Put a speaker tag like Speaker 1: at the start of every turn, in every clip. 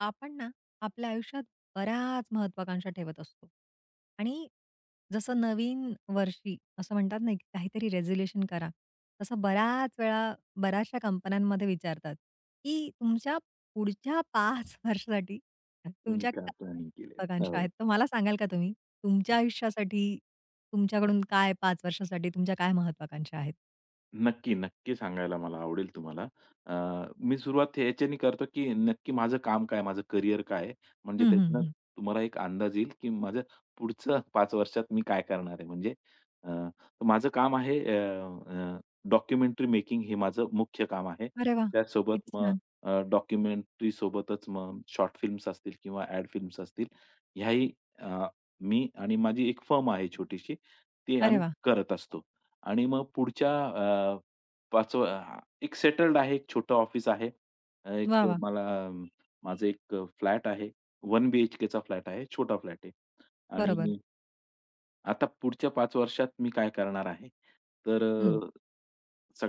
Speaker 1: आपण ना आपल्या आयुष्यात बऱ्याच महत्वाकांक्षा ठेवत असतो. आणि जसं नवीन वर्षी असं म्हणतात ना की काहीतरी रेझोल्युशन करा, तसं बऱ्याच वेळा बऱ्याचशा कंपन्यांमध्ये विचारतात की तुमच्या पुढच्या 5 वर्षासाठी
Speaker 2: तुम्ही
Speaker 1: तुमच्या
Speaker 2: का
Speaker 1: काय
Speaker 2: प्लॅनिंग केलेत.
Speaker 1: महत्वाकांक्षा
Speaker 2: हो.
Speaker 1: आहेत. तर मला सांगाल का तुम्ही तुमच्या आयुष्यासाठी तुमच्याकडून काय 5 वर्षासाठी तुमच्या काय महत्वाकांक्षा आहेत?
Speaker 2: नक्की, नक्की सांगायला मला आवडेल तुम्हाला. अ, मी सुरुवात याच्याने करतो, की नक्की माझं काम काय आहे? माझं करियर काय आहे? म्हणजे
Speaker 1: हं, हं,
Speaker 2: त्यातनं
Speaker 1: हं.
Speaker 2: तुम्हाला एक अंदाज येईल, की माझं पुढचं 5 वर्षात मी काय करणार आहे? अ, माझं काम आहे अ, अ, डॉक्युमेंटरी मेकिंग हे माझं मुख्य काम आहे.
Speaker 1: अरे वा.
Speaker 2: त्याचसोबत
Speaker 1: किती
Speaker 2: मग
Speaker 1: छान.
Speaker 2: डॉक्युमेंटरी सोबतच मग शॉर्ट फिल्म्स असतील किंवा ॲड फिल्म्स असतील, ह्याही अ, मी आणि माझी एक फर्म आहे छोटीशी, ती
Speaker 1: अरे
Speaker 2: आम्ही
Speaker 1: वा.
Speaker 2: करत असतो. आणि मग 5व्या एक सेटल्ड आहे, एक छोटं ऑफिस आहे. अ,
Speaker 1: वा
Speaker 2: एक
Speaker 1: वा.
Speaker 2: मला माझं एक फ्लॅट आहे. 1 बीएचकेचा फ्लॅट आहे. छोटा फ्लॅट आहे. आणि
Speaker 1: बरोबर.
Speaker 2: आता पुढच्या पाच वर्षात मी काय करणार आहे? तर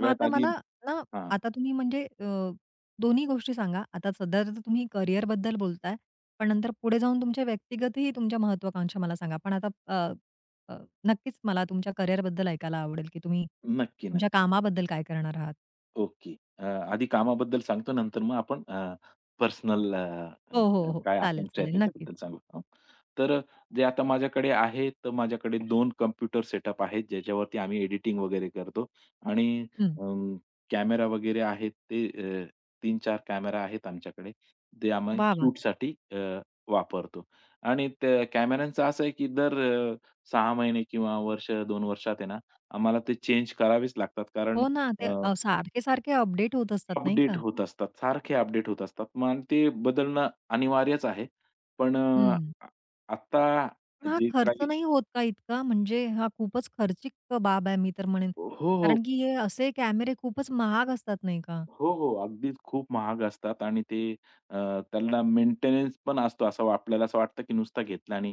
Speaker 1: मग आता
Speaker 2: आधी
Speaker 1: मला ना
Speaker 2: हां.
Speaker 1: आता तुम्ही म्हणजे दोन्ही गोष्टी सांगा. आता सध्या तर तुम्ही करिअरबद्दल बोलताय, पण नंतर पुढे जाऊन तुमच्या व्यक्तिगतही तुमच्या महत्वाकांक्षा मला सांगा. पण आता अ, अ, नक्कीच मला तुमच्या करिअरबद्दल ऐकायला आवडेल, की तुम्ही
Speaker 2: नक्की,
Speaker 1: तुमच्या
Speaker 2: नक्की.
Speaker 1: कामाबद्दल काय करणार आहात?
Speaker 2: ओके. अ, आधी कामाबद्दल सांगतो, नंतर मग आपण अ, पर्सनल अ, अ,
Speaker 1: हो, हो, हो.
Speaker 2: काय
Speaker 1: चालेल,
Speaker 2: आकांक्षा आहे
Speaker 1: चालेल. नक्कीच.
Speaker 2: त्याच्याबद्दल सांगू. हं. तर जे आता माझ्याकडे आहे, तर माझ्याकडे 2 कॉम्प्युटर सेटअप आहेत, ज्याच्यावरती आम्ही एडिटिंग वगैरे करतो आणि
Speaker 1: हं.
Speaker 2: अं, कॅमेरा वगैरे आहेत ते अ, 3-4 कॅमेरा आहेत आमच्याकडे. ते आम्ही
Speaker 1: वाह, वाह!
Speaker 2: शूटसाठी वापरतो आणि त्या कॅमेऱ्यांचं असं आहे, की दर अ, 6 महिने किंवा वर्ष, 2 वर्षात आहे ना, आम्हाला ते चेंज करावेच लागतात कारण
Speaker 1: हो ना, ते
Speaker 2: अ
Speaker 1: सारखे-सारखे अपडेट होत असतात नाही
Speaker 2: अपडेट
Speaker 1: का?
Speaker 2: होत असतात, सारखे अपडेट होत असतात. मग आणि ते बदलणं अनिवार्यच आहे. पण अ,
Speaker 1: हं.
Speaker 2: आ आत्ता
Speaker 1: पण हा
Speaker 2: जे
Speaker 1: खर्च
Speaker 2: काही
Speaker 1: नाही होत का इतका? म्हणजे हा खूपच खर्चिक बाब आहे मी तर म्हणेन.
Speaker 2: हो, हो.
Speaker 1: कारण की हे असे कॅमेरे खूपच महाग असतात नाही का?
Speaker 2: हो, हो. अगदीच खूप महाग असतात आणि ते अ, त्यांना मेंटेनन्स पण असतो. असं आपल्याला असं वाटतं, की नुसता घेतला आणि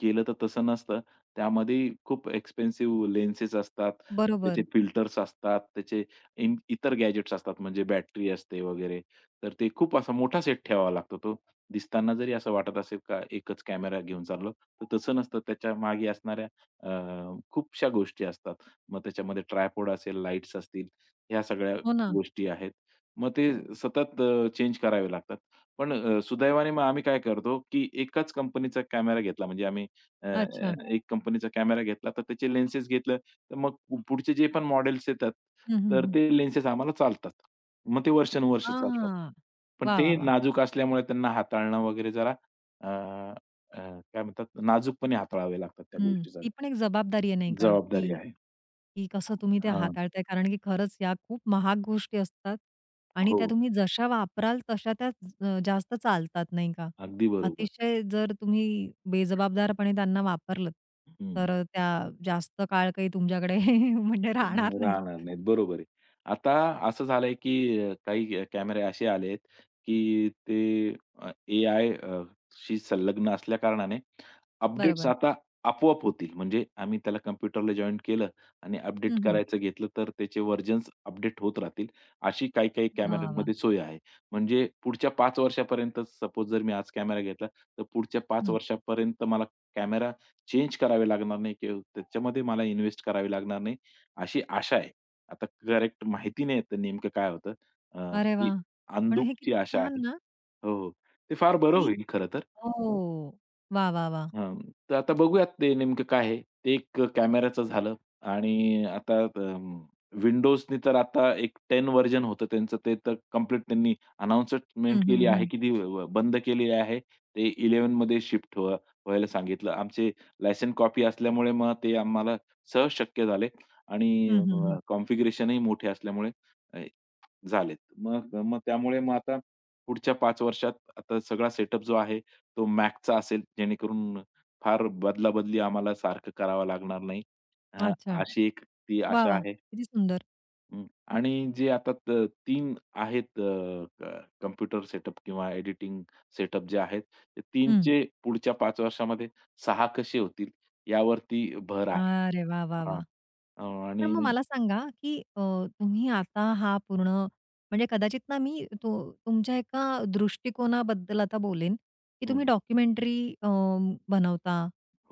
Speaker 2: केलं तर तसं नसतं. त्यामध्ये खूप एक्सपेन्सिव्ह लेन्सेस असतात, त्याचे
Speaker 1: बरोबर.
Speaker 2: फिल्टर्स असतात, त्याचे इन इतर गॅजेट्स असतात म्हणजे बॅटरी असते वगैरे. तर ते खूप असा मोठा सेट ठेवावा लागतो तो. दिसताना जरी असं वाटत असेल का एकच कॅमेरा घेऊन चाललो, तर तसं नसतं. त्याच्या मागे असणाऱ्या खूपशा गोष्टी असतात. मग त्याच्यामध्ये ट्रायपॉड असेल, लाईट्स असतील, ह्या सगळ्या
Speaker 1: हो ना.
Speaker 2: गोष्टी आहेत. मग ते सतत चेंज करावे लागतात. पण सुदैवाने मग आम्ही काय करतो, की एकाच कंपनीचा कॅमेरा घेतला म्हणजे आम्ही अ, अ,
Speaker 1: अच्छा.
Speaker 2: एक कंपनीचा कॅमेरा घेतला, तर त्याचे लेन्सेस घेतलं, तर मग पुढचे जे पण मॉडेल्स येतात,
Speaker 1: हं, हं,
Speaker 2: तर
Speaker 1: हं.
Speaker 2: ते लेन्सेस आम्हाला चालतात. मग ते वर्षानुवर्ष चालतात.
Speaker 1: हां.
Speaker 2: पण
Speaker 1: वाह, वाह,
Speaker 2: ते
Speaker 1: वाह!
Speaker 2: नाजूक असल्यामुळे त्यांना हाताळणं वगैरे जरा अ, अ, काय म्हणतात नाजूकपणे हाताळावे लागतात त्या
Speaker 1: हं.
Speaker 2: गोष्टी जरा.
Speaker 1: ती पण एक जबाबदारी आहे नाही का,
Speaker 2: जबाबदारी
Speaker 1: की
Speaker 2: आहे.
Speaker 1: की कसं तुम्ही ते
Speaker 2: हां.
Speaker 1: हाताळताय कारण की खरंच या खूप महाग गोष्टी असतात आणि
Speaker 2: हो.
Speaker 1: त्या तुम्ही जशा वापराल तशा त्या जास्त चालतात नाही का.
Speaker 2: अगदी बरोबर.
Speaker 1: अतिशय जर तुम्ही बेजबाबदारपणे त्यांना वापरलंत,
Speaker 2: हं.
Speaker 1: तर त्या जास्त काळ काही तुमच्याकडे म्हणजे राहणार नाहीत.
Speaker 2: राहणार नाहीत. बरोबर आहे. आता असं झालंय, की काही कॅमेरे असे आलेत, की ते एआय शी संलग्न असल्या कारणाने अपडेट्स
Speaker 1: बरोबर.
Speaker 2: आता आपोआप होतील. म्हणजे आम्ही त्याला कॉम्प्युटरला जॉइन केलं आणि अपडेट
Speaker 1: हं, हं.
Speaker 2: करायचं घेतलं, तर त्याचे व्हर्जन्स अपडेट होत राहतील. अशी काही-काही
Speaker 1: वाह! वाह!
Speaker 2: कॅमेऱ्यांमध्ये सोय आहे. म्हणजे पुढच्या 5 वर्षापर्यंत सपोज जर मी आज कॅमेरा घेतला, तर पुढच्या 5
Speaker 1: हं.
Speaker 2: वर्षापर्यंत मला कॅमेरा चेंज करावे लागणार नाही किंवा त्याच्यामध्ये मला इन्व्हेस्ट करावी लागणार नाही. अशी आशा आहे. आता करेक्ट माहिती नाही आहे नेमकं काय होतं. अ,
Speaker 1: अरे
Speaker 2: ही
Speaker 1: वाह! पण हे
Speaker 2: अंदुकची
Speaker 1: किती
Speaker 2: आशा आहे.
Speaker 1: छान ना,
Speaker 2: हो, हो. ते फार बरं
Speaker 1: की
Speaker 2: होईल खरं तर.
Speaker 1: हो. वाह! वाह! वाह!
Speaker 2: हां, तर आता बघूयात ते नेमकं काय आहे. ते एक कॅमेराचं झालं आणि आता Windowsनी तर आता एक 10 व्हर्जन होतं त्यांचं. ते तर कंप्लीट त्यांनी अनाउन्समेंट
Speaker 1: हं, हं,
Speaker 2: केली आहे,
Speaker 1: हं.
Speaker 2: की ती व बंद केली आहे. ते 11 मध्ये शिफ्ट व्हा व्हायला सांगितलं. आमचे लायसन कॉपी असल्यामुळे मग ते आम्हाला सहज शक्य झाले आणि
Speaker 1: हं, हं, हं.
Speaker 2: कॉन्फिगरेशनही मोठे असल्यामुळे झालेत. मग मग त्यामुळे मग आता पुढच्या पाच वर्षात आता सगळा सेटअप जो आहे तो Macचा असेल, जेणेकरून फार बदलाबदली आम्हाला सारखं करावं लागणार नाही. अ,
Speaker 1: अच्छा.
Speaker 2: अशी एक ती
Speaker 1: वाह!
Speaker 2: आशा
Speaker 1: वाह!
Speaker 2: आहे.
Speaker 1: किती सुंदर.
Speaker 2: हं. आणि जे आता 3 आहेत अ, क कॉम्प्युटर सेटअप किंवा एडिटिंग सेटअप जे आहेत, ते 3
Speaker 1: हं.
Speaker 2: पुढच्या 5 वर्षामध्ये 6 कसे होतील यावरती भर आहे.
Speaker 1: अरे वाह, वाह,
Speaker 2: हां.
Speaker 1: वाह!
Speaker 2: अ,
Speaker 1: पण
Speaker 2: आणि
Speaker 1: मग मला सांगा, की तुम्ही आता हा पूर्ण म्हणजे कदाचित ना मी तु तुमच्या एका दृष्टिकोनाबद्दल आता बोलेन, की
Speaker 2: हं.
Speaker 1: तुम्ही डॉक्युमेंटरी अ, बनवता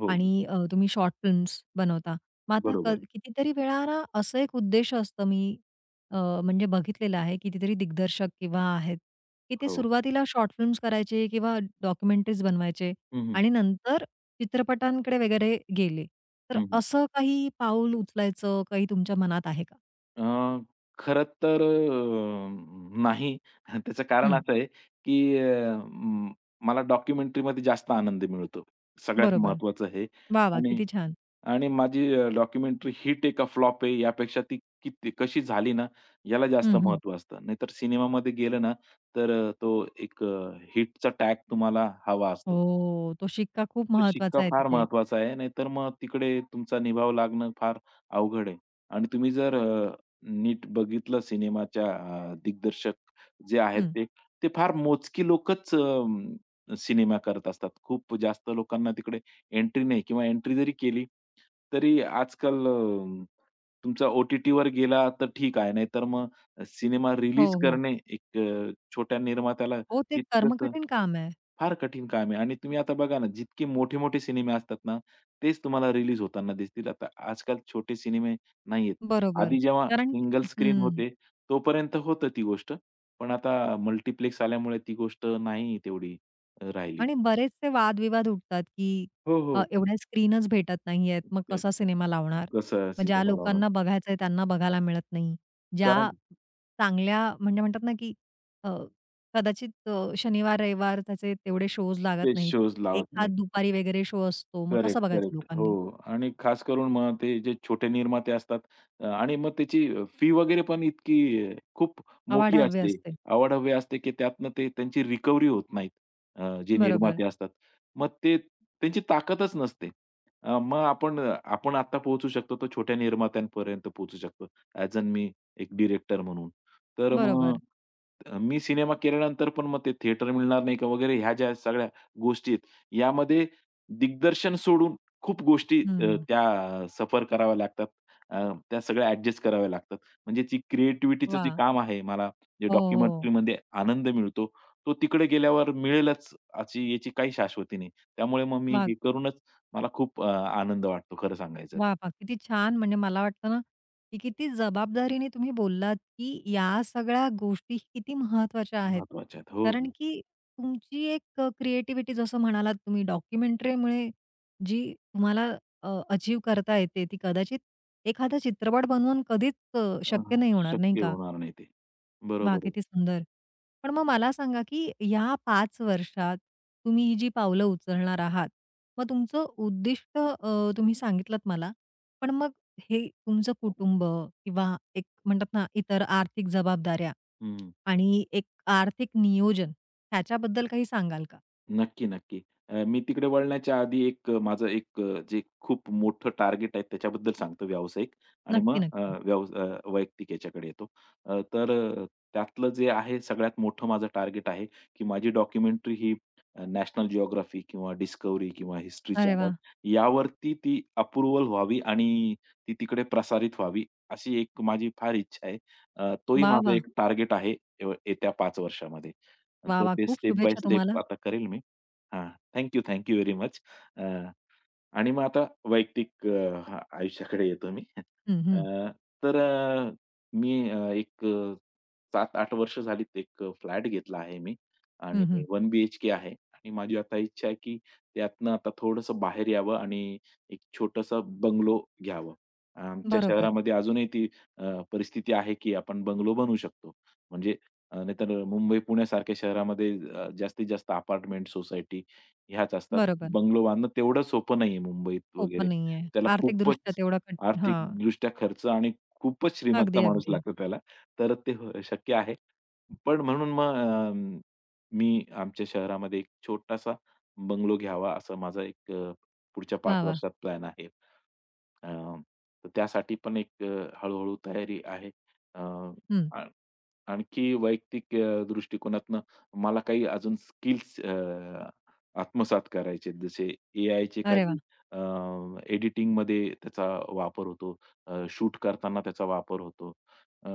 Speaker 2: हो, हो,
Speaker 1: आणि तुम्ही शॉर्ट फिल्म्स बनवता. मग आता
Speaker 2: बरोबर.
Speaker 1: कितीतरी वेळा ना असं एक उद्देश असतं अ, म्हणजे बघितलेलं आहे कितीतरी दिग्दर्शक किंवा आहेत, की ते
Speaker 2: हो.
Speaker 1: सुरुवातीला शॉर्ट फिल्म्स करायचे किंवा डॉक्युमेंटरीज बनवायचे
Speaker 2: हं, हं.
Speaker 1: आणि नंतर चित्रपटांकडे वगैरे गेले. तर
Speaker 2: हं, हं.
Speaker 1: असं काही पाऊल उचलायचं काही तुमच्या मनात आहे का?
Speaker 2: अ, खरं तर नाही. त्याचं कारण
Speaker 1: हं,
Speaker 2: असं आहे, की अ, म मला डॉक्युमेंटरीमध्ये जास्त आनंद मिळतो. सगळ्यात
Speaker 1: बरोबर.
Speaker 2: महत्वाचं हे
Speaker 1: वाह! वाह!
Speaker 2: आणि
Speaker 1: किती छान.
Speaker 2: आणि माझी डॉक्युमेंटरी हिट आहे का फ्लॉप आहे यापेक्षा ती किती कशी झाली ना, याला जास्त
Speaker 1: हं, हं.
Speaker 2: महत्व असतं. नाहीतर सिनेमामध्ये गेलं ना, तर तो एक हिटचा टॅग तुम्हाला हवा असतो.
Speaker 1: हो, तो शिक्का खूप
Speaker 2: तो शिक्का
Speaker 1: महत्वाचा आहे
Speaker 2: फार
Speaker 1: तिथे.
Speaker 2: महत्वाचा आहे. नाहीतर मग तिकडे तुमचा निभाव लागणं फार अवघड आहे. आणि तुम्ही जर नीट बघितलं सिनेमाच्या दिग्दर्शक जे आहेत
Speaker 1: हं.
Speaker 2: ते, ते फार मोजकी लोकच सिनेमा करत असतात. खूप जास्त लोकांना तिकडे एंट्री नाही किंवा एंट्री जरी केली, तरी आजकाल तुमचा ओ-टी-टीवर गेला तर ठीक आहे. नाहीतर मग सिनेमा
Speaker 1: हो,
Speaker 2: रिलीज
Speaker 1: हो.
Speaker 2: करणे एक अ, छोट्या निर्मात्याला
Speaker 1: हो, ते
Speaker 2: तितकंसं
Speaker 1: कर्मकठीण काम आहे.
Speaker 2: फार कठीण काम आहे आणि तुम्ही आता बघा ना, जितके मोठे-मोठे सिनेमे असतात ना, तेच तुम्हाला रिलीज होताना दिसतील. आता आजकाल छोटे सिनेमे नाहीयेत.
Speaker 1: बरोबर.
Speaker 2: आधी जेव्हा
Speaker 1: कारण की
Speaker 2: सिंगल स्क्रीन
Speaker 1: हं.
Speaker 2: होते, तोपर्यंत होतं ती गोष्ट. पण आता मल्टिप्लेक्स आल्यामुळे ती गोष्ट नाही तेवढी राहिली.
Speaker 1: आणि बरेचसे वादविवाद उठतात, की
Speaker 2: हो, हो.
Speaker 1: एवढ्या स्क्रीनच भेटत नाहीयेत, मग
Speaker 2: अ,
Speaker 1: कसा सिनेमा लावणार?
Speaker 2: कसं
Speaker 1: मग ज्या
Speaker 2: सिनेमा लावणं.
Speaker 1: लोकांना बघायचंय त्यांना बघायला मिळत नाही. ज्या
Speaker 2: कारण
Speaker 1: चांगल्या म्हणजे म्हणतात ना, की अ, कदाचित शनिवार, रविवार त्याचे तेवढे शोज
Speaker 2: ते
Speaker 1: लागत नाहीत.
Speaker 2: शोज लावत
Speaker 1: एखाद
Speaker 2: नाही.
Speaker 1: दुपारी वगैरे शो असतो. मग
Speaker 2: करेक्ट,
Speaker 1: कसं बघायचं
Speaker 2: करेक्ट. हो
Speaker 1: लोकांनी?
Speaker 2: आणि खास करून मग ते जे छोटे निर्माते असतात आणि मग त्याची फी वगैरे पण इतकी खूप मोठी
Speaker 1: आवाढव्य
Speaker 2: असते,
Speaker 1: असते.
Speaker 2: अवाढव्य असते, की त्यातनं ते त्यांची रिकव्हरी होत नाहीत. जे
Speaker 1: बरोबर,
Speaker 2: निर्माते असतात. मग ते त्यांची ताकदच नसते. अ, मग आपण आपण आता पोहोचू शकतो तर छोट्या निर्मात्यांपर्यंत पोहोचू शकतो. ॲज अन एक डिरेक्टर म्हणून. तर मग
Speaker 1: बरोबर.
Speaker 2: मी सिनेमा केल्यानंतर पण मग ते थिएटर मिळणार नाही का वगैरे ह्या ज्या सगळ्या गोष्टी आहेत, यामध्ये दिग्दर्शन सोडून खूप गोष्टी
Speaker 1: हं.
Speaker 2: त्या सफर कराव्या लागतात. अ, त्या सगळ्या ॲडजस्ट कराव्या लागतात. म्हणजे ती क्रिएटिव्हिटीचं जे
Speaker 1: वाह!
Speaker 2: काम आहे मला जे
Speaker 1: हो, हो.
Speaker 2: डॉक्युमेंटरीमध्ये आनंद मिळतो, तो तिकडे गेल्यावर मिळेलच अशी याची काही शाश्वती नाही. त्यामुळे मग मी
Speaker 1: वाह!
Speaker 2: हे करूनच मला खूप आनंद वाटतो खरं सांगायचं तर.
Speaker 1: वाह! वाह! किती छान. म्हणजे मला वाटतं ना, की किती जबाबदारीने तुम्ही बोललात, की या सगळ्या गोष्टी किती महत्त्वाच्या आहेत.
Speaker 2: महत्वाच्या आहेत. हो,
Speaker 1: कारण
Speaker 2: हो.
Speaker 1: की तुमची एक क्रिएटिव्हिटी जसं म्हणालात तुम्ही डॉक्युमेंटरीमुळे जी तुम्हाला अचीव करता येते, ती कदाचित एखादा चित्रपट बनवून कधीच
Speaker 2: अ,
Speaker 1: शक्य नाही होणार, नाही
Speaker 2: शक्य
Speaker 1: का?
Speaker 2: होणार नाही ते.
Speaker 1: वा
Speaker 2: बरोबर आहे.
Speaker 1: किती सुंदर. पण मग मला सांगा, की या 5 वर्षात तुम्ही ही जी पावलं उचलणार आहात, मग तुमचं उद्दिष्ट तुम्ही सांगितलत मला. पण मग हे तुमचं कुटुंब किंवा एक म्हणतात ना, इतर आर्थिक जबाबदाऱ्या
Speaker 2: हं.
Speaker 1: आणि एक आर्थिक नियोजन ह्याच्याबद्दल काही सांगाल का?
Speaker 2: नक्की, नक्की. अ, मी तिकडे वळण्याच्या आधी एक अ, माझं एक अ, जे खूप मोठं टार्गेट आहे त्याच्याबद्दल सांगतो व्यावसायिक आणि मग
Speaker 1: नक्की,
Speaker 2: अ,
Speaker 1: नक्की.
Speaker 2: व्यव अ, वैयक्तिक याच्याकडे येतो. तर त्यातलं जे आहे सगळ्यात मोठं माझं टार्गेट आहे, की माझी डॉक्युमेंटरी ही नॅशनल जिओग्राफी किंवा डिस्कव्हरी किंवा हिस्ट्री
Speaker 1: अरे
Speaker 2: चॅनल
Speaker 1: वाह!
Speaker 2: यावरती ती अप्रूव्हल व्हावी आणि ती तिकडे प्रसारित व्हावी, अशी एक माझी फार इच्छा आहे. तोही
Speaker 1: वाह,
Speaker 2: माझा
Speaker 1: वाह!
Speaker 2: एक टार्गेट आहे, येत्या 5 वर्षामध्ये. आणि
Speaker 1: वाह,
Speaker 2: तर
Speaker 1: वाह!
Speaker 2: ते
Speaker 1: खूप
Speaker 2: स्टेप बाय
Speaker 1: शुभेच्छा
Speaker 2: स्टेप
Speaker 1: तुम्हाला.
Speaker 2: आता करेल मी. हां. Thank you, thank you very much. आणि मग आता वैयक्तिक हा आयुष्याकडे येतो मी.
Speaker 1: हं,
Speaker 2: अ,
Speaker 1: हं.
Speaker 2: तर मी एक 7-8 वर्ष झालीत एक फ्लॅट घेतला आहे मी आणि
Speaker 1: हं, हं.
Speaker 2: 1 के आहे आणि माझी आता इच्छा आहे की त्यातनं आता थोडंसं बाहेर यावं आणि एक छोटंसं बंगलो घ्यावं. आमच्या
Speaker 1: बरोबर,
Speaker 2: शहरामध्ये अजूनही ती परिस्थिती आहे की आपण बंगलो बनवू शकतो. म्हणजे नाहीतर मुंबई, पुण्यासारख्या शहरामध्ये जास्तीत जास्त अपार्टमेंट सोसायटी ह्याच असतात.
Speaker 1: बरोबर.
Speaker 2: बंगलो बांधणं तेवढं सोपं नाहीये मुंबईत
Speaker 1: सोपं
Speaker 2: वगैरे.
Speaker 1: नाहीये.
Speaker 2: त्याला
Speaker 1: आर्थिकदृष्ट्या
Speaker 2: खूपच
Speaker 1: तेवढं कट हां.
Speaker 2: आर्थिकदृष्ट्या खर्च आणि खूपच श्रीमंत
Speaker 1: अगदी,
Speaker 2: माणूस
Speaker 1: अगदी.
Speaker 2: लागतो त्याला. तर ते हो शक्य आहे. पण म्हणून मग मी आमच्या शहरामध्ये एक छोटासा बंगलो घ्यावा असा माझा एक पुढच्या 5
Speaker 1: वाह, वाह!
Speaker 2: वर्षात प्लॅन आहे. अ, तर त्यासाठी पण एक हळू तयारी आहे. अ,
Speaker 1: हं.
Speaker 2: आ आणखी वैयक्तिक दृष्टिकोनातनं मला काही अजून स्किल्स आत्मसात करायचे. जसे एआयचे
Speaker 1: अरे
Speaker 2: काही
Speaker 1: वाह!
Speaker 2: अ, एडिटिंगमध्ये त्याचा वापर होतो. शूट करताना त्याचा वापर होतो. अ,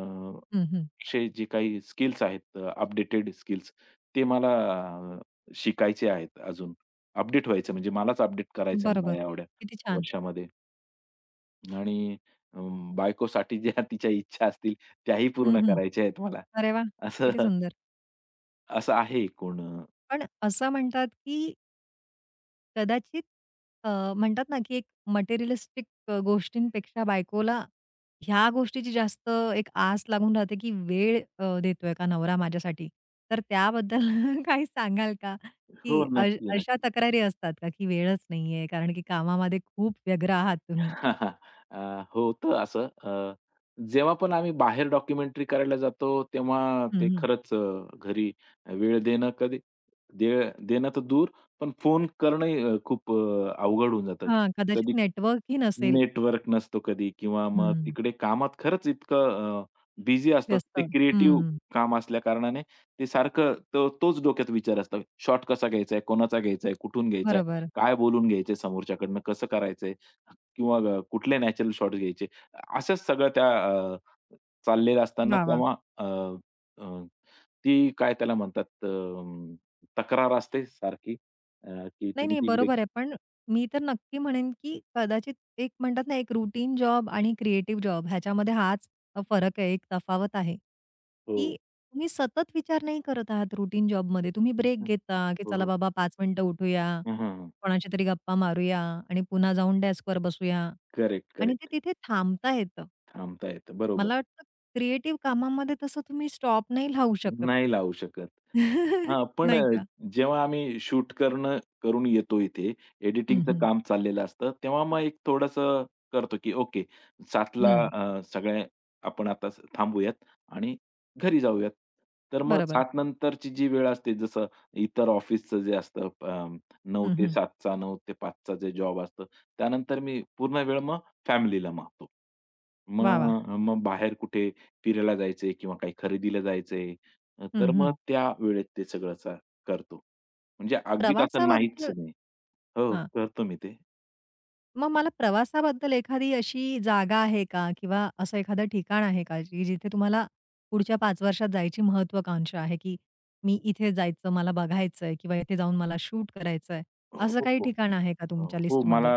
Speaker 1: हं, हं.
Speaker 2: असे जे काही स्किल्स आहेत, अपडेटेड स्किल्स ते मला अ, शिकायचे आहेत अजून. अपडेट व्हायचं म्हणजे मलाच अपडेट करायचं आहे मला
Speaker 1: बरोबर.
Speaker 2: या एवढ्या
Speaker 1: किती छान.
Speaker 2: वर्षामध्ये आणि अ, बायकोसाठी ज्या तिच्या इच्छा असतील त्याही
Speaker 1: हं,
Speaker 2: पूर्ण
Speaker 1: हं.
Speaker 2: करायच्या आहेत मला.
Speaker 1: अरे वाह!
Speaker 2: असं
Speaker 1: किती सुंदर.
Speaker 2: असं आहे एकूण.
Speaker 1: पण असं म्हणतात, की कदाचित अ, म्हणतात ना, की एक मटेरिअलिस्टिक गोष्टींपेक्षा बायकोला ह्या गोष्टीची जास्त एक आस लागून राहते, की वेळ देतोय का नवरा माझ्यासाठी? तर त्याबद्दल काही सांगाल का?
Speaker 2: हो,
Speaker 1: की अ
Speaker 2: नक्की,
Speaker 1: अशा
Speaker 2: नक्की.
Speaker 1: तक्रारी असतात का, की वेळच नाहीये कारण की कामामध्ये खूप व्यग्र आहात तुम्ही?
Speaker 2: अ, होतं असं. जेव्हा पण आम्ही बाहेर डॉक्युमेंटरी करायला जातो, तेव्हा
Speaker 1: हं,
Speaker 2: ते
Speaker 1: हं.
Speaker 2: खरंच घरी वेळ देणं कधी दे देणं तर दूर, पण फोन करणंही खूप अवघड होऊन जातं.
Speaker 1: हां,
Speaker 2: कधी
Speaker 1: कदाचित नेटवर्कही नसेल.
Speaker 2: नेटवर्क नसतो कधी किंवा मग
Speaker 1: हं.
Speaker 2: तिकडे कामात खरंच इतकं बिझी असतो.
Speaker 1: व्यस्त.
Speaker 2: ते क्रिएटिव्ह
Speaker 1: हं.
Speaker 2: काम असल्या कारणाने ते सारखं तोच डोक्यात विचार असतो. शॉट कसा घ्यायचा आहे? कोणाचा घ्यायचा आहे? कुठून घ्यायचा आहे?
Speaker 1: बरोबर.
Speaker 2: काय बोलून घ्यायचंय समोरच्याकडनं? कसं करायचंय? किंवा कुठले नॅचरल शॉट्स घ्यायचे. असंच सगळं त्या अ, चाललेलं असताना
Speaker 1: वाह! वाह!
Speaker 2: तेव्हा अ, अ, ती काय त्याला म्हणतात तक्रार असते सारखी अ, की
Speaker 1: नाही,
Speaker 2: तुम्ही
Speaker 1: नाही,
Speaker 2: तिकडे
Speaker 1: बरोबर आहे. पण मी तर नक्की म्हणेन, की कदाचित एक म्हणतात ना, एक रूटीन जॉब आणि क्रिएटिव्ह जॉब ह्याच्यामध्ये हाच फरक आहे, एक तफावत आहे,
Speaker 2: हो.
Speaker 1: की तुम्ही सतत विचार नाही करत आहात रूटीन जॉबमध्ये. तुम्ही ब्रेक
Speaker 2: हं,
Speaker 1: घेता, की
Speaker 2: हो,
Speaker 1: चला
Speaker 2: हो.
Speaker 1: बाबा 5 मिनिटं उठूया,
Speaker 2: हं, हं, हं.
Speaker 1: कोणाशी तरी गप्पा मारूया आणि पुन्हा जाऊन डेस्कवर बसूया
Speaker 2: करेक्ट,
Speaker 1: आणि ते
Speaker 2: करेक्ट.
Speaker 1: तिथे थांबता येतं.
Speaker 2: थांबता येतं. बरोबर.
Speaker 1: मला वाटतं क्रिएटिव्ह कामामध्ये तसं तुम्ही स्टॉप नाही लावू शकत.
Speaker 2: नाही लावू शकत. हां, पण
Speaker 1: नाही
Speaker 2: अ,
Speaker 1: का?
Speaker 2: जेव्हा आम्ही शूट करणं करून येतो इथे,
Speaker 1: हं,
Speaker 2: एडिटिंगचं
Speaker 1: हं.
Speaker 2: काम चाललेलं असतं, तेव्हा मग एक थोडंसं करतो, की ओके 7:00ला
Speaker 1: हं,
Speaker 2: सगळे आपण आता थांबूयात आणि घरी जाऊयात. तर मग
Speaker 1: बरोबर.
Speaker 2: 7 नंतरची जी वेळ असते, जसं इतर ऑफिसचं जे असतं 9
Speaker 1: हं,
Speaker 2: ते
Speaker 1: हं.
Speaker 2: 7 चा, ते 5 जे जॉब असतं, त्यानंतर मी पूर्ण वेळ मग फॅमिलीला मागतो.
Speaker 1: वाह, वाह!
Speaker 2: मग मग बाहेर कुठे फिरायला जायचंय किंवा काही खरेदीला जायचंय तर
Speaker 1: हं,
Speaker 2: मग
Speaker 1: हं.
Speaker 2: त्या वेळेत ते सगळं करतो. म्हणजे अगदीच असं नाहीच
Speaker 1: प्रवासाबद्दल
Speaker 2: नाही. हो,
Speaker 1: हां.
Speaker 2: करतो मी ते.
Speaker 1: मग मला प्रवासाबद्दल एखादी अशी जागा आहे का किंवा असं एखादं ठिकाण आहे का जी जिथे तुम्हाला पुढच्या 5 वर्षात जायची महत्त्वाकांक्षा आहे, की मी इथे जायचं, मला बघायचंय किंवा इथे जाऊन मला शूट करायचंय. असं
Speaker 2: हो,
Speaker 1: काही
Speaker 2: हो.
Speaker 1: ठिकाण आहे का
Speaker 2: अ,
Speaker 1: तुमच्या
Speaker 2: हो मला
Speaker 1: लिस्टमध्ये?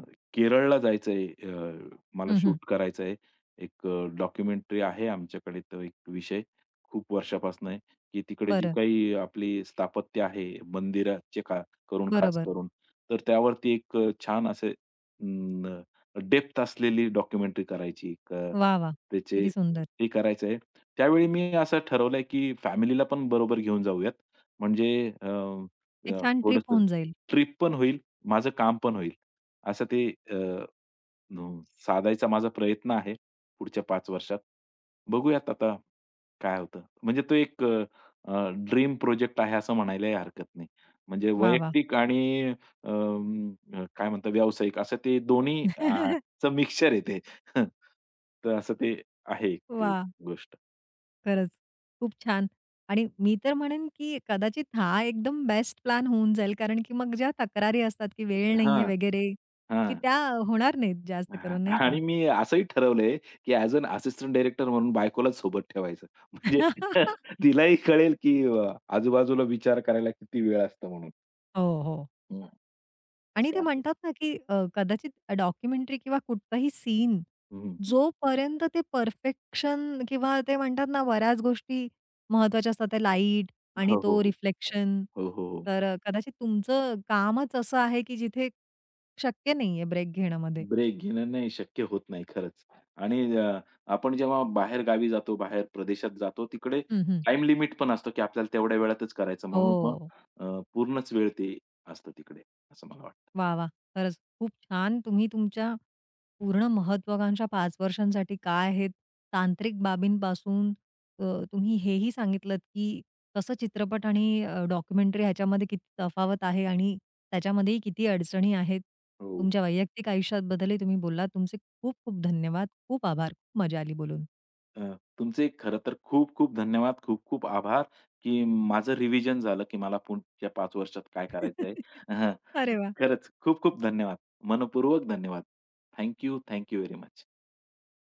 Speaker 2: अ, केरळला जायचंय. मला
Speaker 1: हं, हं.
Speaker 2: शूट करायचंय. एक डॉक्युमेंटरी आहे आमच्याकडे तो एक विषय खूप वर्षापासून आहे, की तिकडे जी
Speaker 1: बरं.
Speaker 2: काही आपली स्थापत्य आहे मंदिराचे खा करून खास
Speaker 1: बरोबर.
Speaker 2: करून, तर त्यावरती एक छान असे अं, डेप्थ असलेली डॉक्युमेंटरी करायची एक अ,
Speaker 1: वाह, वाह!
Speaker 2: त्याचे
Speaker 1: किती सुंदर.
Speaker 2: ते करायचं आहे. त्यावेळी मी असं ठरवलंय, की फॅमिलीला पण बरोबर घेऊन जाऊयात. म्हणजे अ,
Speaker 1: एक
Speaker 2: अ,
Speaker 1: छान ट्रिप
Speaker 2: थोडंसं
Speaker 1: होऊन जाईल.
Speaker 2: ट्रिप पण होईल. माझं काम पण होईल. असं ते अ, न साधायचा माझा प्रयत्न आहे पुढच्या पाच वर्षात. बघूयात आता काय होतं. म्हणजे तो एक ड्रीम प्रोजेक्ट आहे असं म्हणायलाही हरकत नाही. म्हणजे
Speaker 1: वाह, वाह!
Speaker 2: वैयक्तिक आणि काय म्हणतात व्यावसायिक असं ते दोन्ही
Speaker 1: वाह!
Speaker 2: चं मिक्सचर आहे ते. तर असं ते आहे एक गोष्ट.
Speaker 1: खरंच, खूप छान. आणि मी तर म्हणेन, की कदाचित हा एकदम बेस्ट प्लॅन होऊन जाईल. कारण की मग ज्या तक्रारी असतात, की वेळ
Speaker 2: हां,
Speaker 1: नाहीये वगैरे, की
Speaker 2: हां.
Speaker 1: त्या होणार नाहीत जास्त
Speaker 2: हां,
Speaker 1: करून नाही का?
Speaker 2: आणि मी असंही ठरवलंय, की ॲज अन असिस्टंट डायरेक्टर म्हणून बायकोलाच सोबत ठेवायचं. म्हणजे तिलाही कळेल, की आजूबाजूला विचार करायला किती वेळ असतो म्हणून.
Speaker 1: हो, हो.
Speaker 2: हं.
Speaker 1: आणि ते
Speaker 2: असं आहे.
Speaker 1: म्हणतात ना, की कदाचित डॉक्युमेंटरी किंवा कुठचाही सीन
Speaker 2: हं.
Speaker 1: जोपर्यंत ते परफेक्शन किंवा ते म्हणतात ना, बऱ्याच गोष्टी महत्त्वाच्या असतात. ते लाईट आणि
Speaker 2: हो, हो,
Speaker 1: तो
Speaker 2: हो.
Speaker 1: रिफ्लेक्शन.
Speaker 2: हो, हो, हो.
Speaker 1: तर कदाचित तुमचं कामच असं आहे, की जिथे शक्य नाहीये ब्रेक घेण्यामध्ये.
Speaker 2: ब्रेक घेणं नाही शक्य होत नाही खरंच. आणि आपण जेव्हा बाहेर गावी जातो, बाहेर प्रदेशात जातो, तिकडे
Speaker 1: हं, हं.
Speaker 2: टाईम लिमिट पण असतो, की आपल्याला तेवढ्या वेळातच करायचं म्हणून मग
Speaker 1: हो.
Speaker 2: अ, पूर्णच वेळ ते असतं तिकडे, असं मला वाटतं.
Speaker 1: वाह, वाह! खरंच खूप छान तुम्ही तुमच्या पूर्ण महत्वाकांक्षा 5 वर्षांसाठी काय आहेत? तांत्रिक बाबींपासून अ, तुम्ही हेही सांगितलत, की कसं चित्रपट आणि डॉक्युमेंटरी ह्याच्यामध्ये किती तफावत आहे आणि त्याच्यामध्येही किती अडचणी आहेत.
Speaker 2: हो.
Speaker 1: तुमच्या वैयक्तिक आयुष्याबद्दलही तुम्ही बोललात. तुमचे खूप खूप धन्यवाद. खूप आभार. खूप मजा आली बोलून.
Speaker 2: अ, तुमचे खरं तर खूप-खूप धन्यवाद, खूप-खूप आभार, की माझं रिव्हिजन झालं, की मला पुढच्या 5 वर्षात काय करायचंय. हं,
Speaker 1: अरे वाह!
Speaker 2: खरंच खूप-खूप धन्यवाद. मनःपूर्वक धन्यवाद. Thank you, thank you very much.